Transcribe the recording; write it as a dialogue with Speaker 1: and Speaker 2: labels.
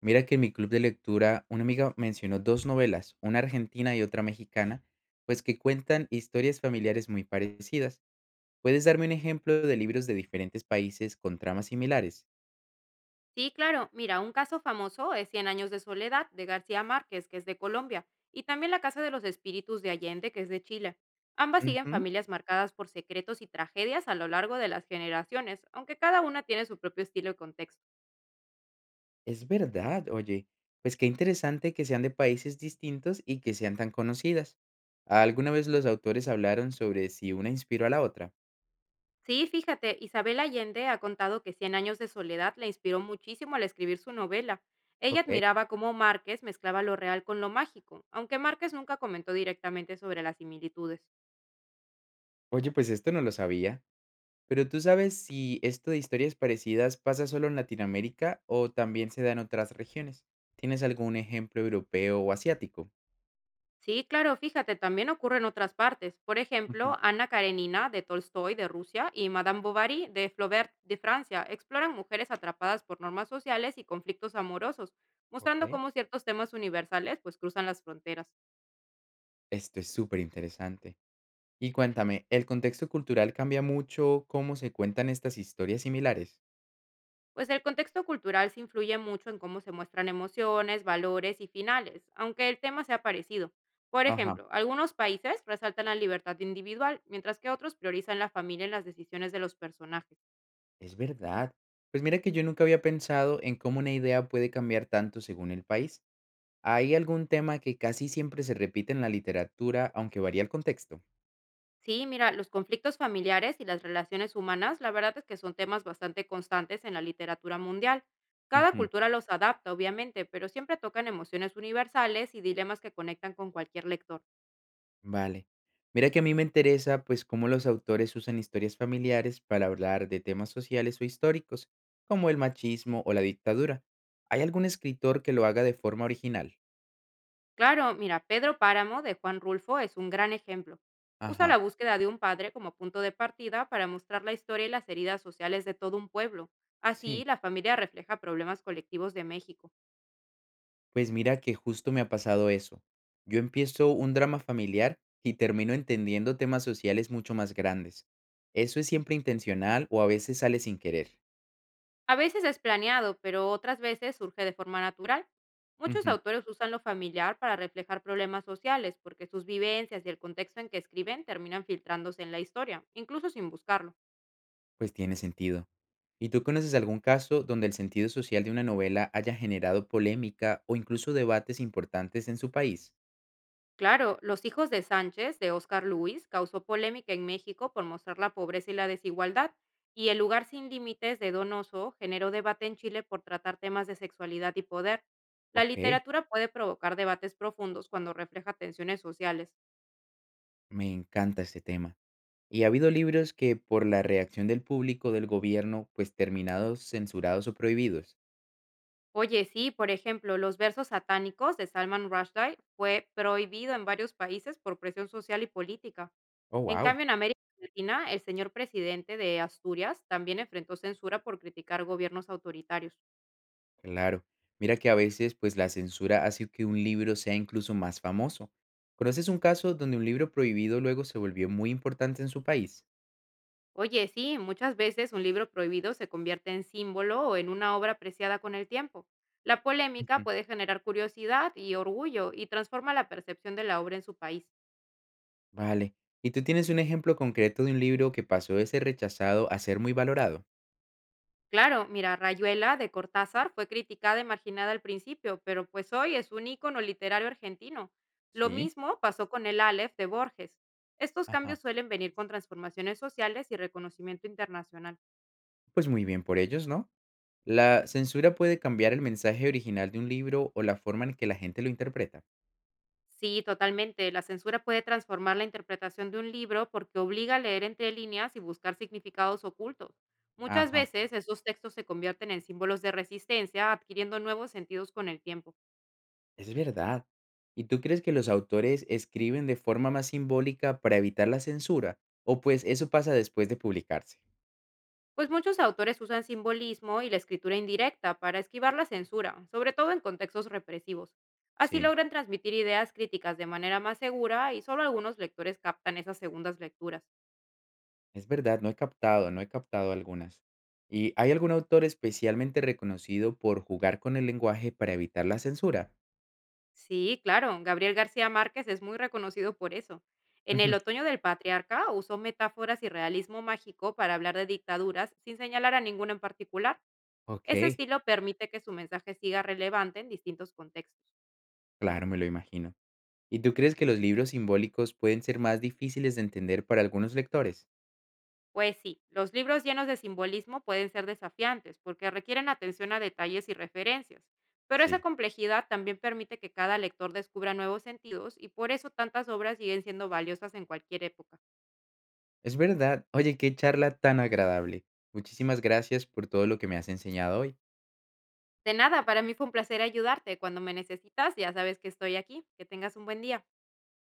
Speaker 1: Mira que en mi club de lectura una amiga mencionó dos novelas, una argentina y otra mexicana, pues que cuentan historias familiares muy parecidas. ¿Puedes darme un ejemplo de libros de diferentes países con tramas similares?
Speaker 2: Sí, claro. Mira, un caso famoso es Cien años de soledad de García Márquez, que es de Colombia, y también La Casa de los Espíritus de Allende, que es de Chile. Ambas siguen
Speaker 1: Ujú.
Speaker 2: familias marcadas por secretos y tragedias a lo largo de las generaciones, aunque cada una tiene su propio estilo y contexto.
Speaker 1: Es verdad, oye, pues qué interesante que sean de países distintos y que sean tan conocidas. ¿Alguna vez los autores hablaron sobre si una inspiró a la otra?
Speaker 2: Sí, fíjate, Isabel Allende ha contado que Cien años de soledad la inspiró muchísimo al escribir su novela. Ella
Speaker 1: Ok.
Speaker 2: admiraba cómo Márquez mezclaba lo real con lo mágico, aunque Márquez nunca comentó directamente sobre las similitudes.
Speaker 1: Oye, pues esto no lo sabía. Pero, ¿tú sabes si esto de historias parecidas pasa solo en Latinoamérica o también se da en otras regiones? ¿Tienes algún ejemplo europeo o asiático?
Speaker 2: Sí, claro, fíjate, también ocurre en otras partes. Por
Speaker 1: Ujú.
Speaker 2: ejemplo, Ana Karenina de Tolstoy de Rusia y Madame Bovary de Flaubert de Francia exploran mujeres atrapadas por normas sociales y conflictos amorosos, mostrando
Speaker 1: Ok.
Speaker 2: cómo ciertos temas universales pues cruzan las fronteras.
Speaker 1: Esto es súper interesante. Y cuéntame, ¿el contexto cultural cambia mucho cómo se cuentan estas historias similares?
Speaker 2: Pues el contexto cultural se influye mucho en cómo se muestran emociones, valores y finales, aunque el tema sea parecido. Por
Speaker 1: Ajá,
Speaker 2: ejemplo, algunos países resaltan la libertad individual, mientras que otros priorizan la familia en las decisiones de los personajes.
Speaker 1: es verdad. Pues mira que yo nunca había pensado en cómo una idea puede cambiar tanto según el país. ¿Hay algún tema que casi siempre se repite en la literatura, aunque varía el contexto?
Speaker 2: Sí, mira, los conflictos familiares y las relaciones humanas, la verdad es que son temas bastante constantes en la literatura mundial. Cada
Speaker 1: Ujú.
Speaker 2: cultura los adapta, obviamente, pero siempre tocan emociones universales y dilemas que conectan con cualquier lector.
Speaker 1: Vale. Mira que a mí me interesa, pues, cómo los autores usan historias familiares para hablar de temas sociales o históricos, como el machismo o la dictadura. ¿Hay algún escritor que lo haga de forma original?
Speaker 2: Claro, mira, Pedro Páramo de Juan Rulfo es un gran ejemplo. Usa
Speaker 1: Ajá,
Speaker 2: la búsqueda de un padre como punto de partida para mostrar la historia y las heridas sociales de todo un pueblo. Así,
Speaker 1: sí.
Speaker 2: la familia refleja problemas colectivos de México.
Speaker 1: Pues mira que justo me ha pasado eso. Yo empiezo un drama familiar y termino entendiendo temas sociales mucho más grandes. ¿Eso es siempre intencional o a veces sale sin querer?
Speaker 2: A veces es planeado, pero otras veces surge de forma natural. Muchos
Speaker 1: Ujú.
Speaker 2: autores usan lo familiar para reflejar problemas sociales, porque sus vivencias y el contexto en que escriben terminan filtrándose en la historia, incluso sin buscarlo.
Speaker 1: Pues tiene sentido. ¿Y tú conoces algún caso donde el sentido social de una novela haya generado polémica o incluso debates importantes en su país?
Speaker 2: Claro, Los hijos de Sánchez, de Oscar Luis, causó polémica en México por mostrar la pobreza y la desigualdad, y El lugar sin límites, de Donoso, generó debate en Chile por tratar temas de sexualidad y poder. La
Speaker 1: Ok.
Speaker 2: literatura puede provocar debates profundos cuando refleja tensiones sociales.
Speaker 1: Me encanta este tema. ¿Y ha habido libros que por la reacción del público, o del gobierno, pues terminados censurados o prohibidos?
Speaker 2: Oye, sí, por ejemplo, los versos satánicos de Salman Rushdie fue prohibido en varios países por presión social y política.
Speaker 1: Oh,
Speaker 2: En
Speaker 1: wow.
Speaker 2: cambio, en América Latina, el señor presidente de Asturias también enfrentó censura por criticar gobiernos autoritarios.
Speaker 1: Claro. Mira que a veces pues la censura hace que un libro sea incluso más famoso. ¿Conoces un caso donde un libro prohibido luego se volvió muy importante en su país?
Speaker 2: Oye, sí, muchas veces un libro prohibido se convierte en símbolo o en una obra apreciada con el tiempo. La polémica puede generar curiosidad y orgullo y transforma la percepción de la obra en su país.
Speaker 1: Vale. ¿Y tú tienes un ejemplo concreto de un libro que pasó de ser rechazado a ser muy valorado?
Speaker 2: Claro, mira, Rayuela de Cortázar fue criticada y marginada al principio, pero pues hoy es un ícono literario argentino. Lo
Speaker 1: Sí.
Speaker 2: mismo pasó con el Aleph de Borges. Estos cambios
Speaker 1: Ajá.
Speaker 2: suelen venir con transformaciones sociales y reconocimiento internacional.
Speaker 1: Pues muy bien por ellos, ¿no? La censura puede cambiar el mensaje original de un libro o la forma en que la gente lo interpreta.
Speaker 2: Sí, totalmente. La censura puede transformar la interpretación de un libro porque obliga a leer entre líneas y buscar significados ocultos. Muchas
Speaker 1: Ajá,
Speaker 2: veces esos textos se convierten en símbolos de resistencia, adquiriendo nuevos sentidos con el tiempo.
Speaker 1: es verdad. ¿Y tú crees que los autores escriben de forma más simbólica para evitar la censura? ¿O pues eso pasa después de publicarse?
Speaker 2: Pues muchos autores usan simbolismo y la escritura indirecta para esquivar la censura, sobre todo en contextos represivos. Así
Speaker 1: Sí.
Speaker 2: logran transmitir ideas críticas de manera más segura y solo algunos lectores captan esas segundas lecturas.
Speaker 1: Es verdad, no he captado algunas. ¿Y hay algún autor especialmente reconocido por jugar con el lenguaje para evitar la censura?
Speaker 2: Sí, claro, Gabriel García Márquez es muy reconocido por eso. En El
Speaker 1: Ujú.
Speaker 2: Otoño del Patriarca usó metáforas y realismo mágico para hablar de dictaduras sin señalar a ninguna en particular. Ese
Speaker 1: Ok,
Speaker 2: estilo permite que su mensaje siga relevante en distintos contextos.
Speaker 1: claro, me lo imagino. ¿Y tú crees que los libros simbólicos pueden ser más difíciles de entender para algunos lectores?
Speaker 2: Pues sí, los libros llenos de simbolismo pueden ser desafiantes porque requieren atención a detalles y referencias, pero esa
Speaker 1: Sí,
Speaker 2: complejidad también permite que cada lector descubra nuevos sentidos y por eso tantas obras siguen siendo valiosas en cualquier época.
Speaker 1: es verdad. Oye, qué charla tan agradable. Muchísimas gracias por todo lo que me has enseñado hoy.
Speaker 2: De nada, para mí fue un placer ayudarte. Cuando me necesitas, ya sabes que estoy aquí. Que tengas un buen día.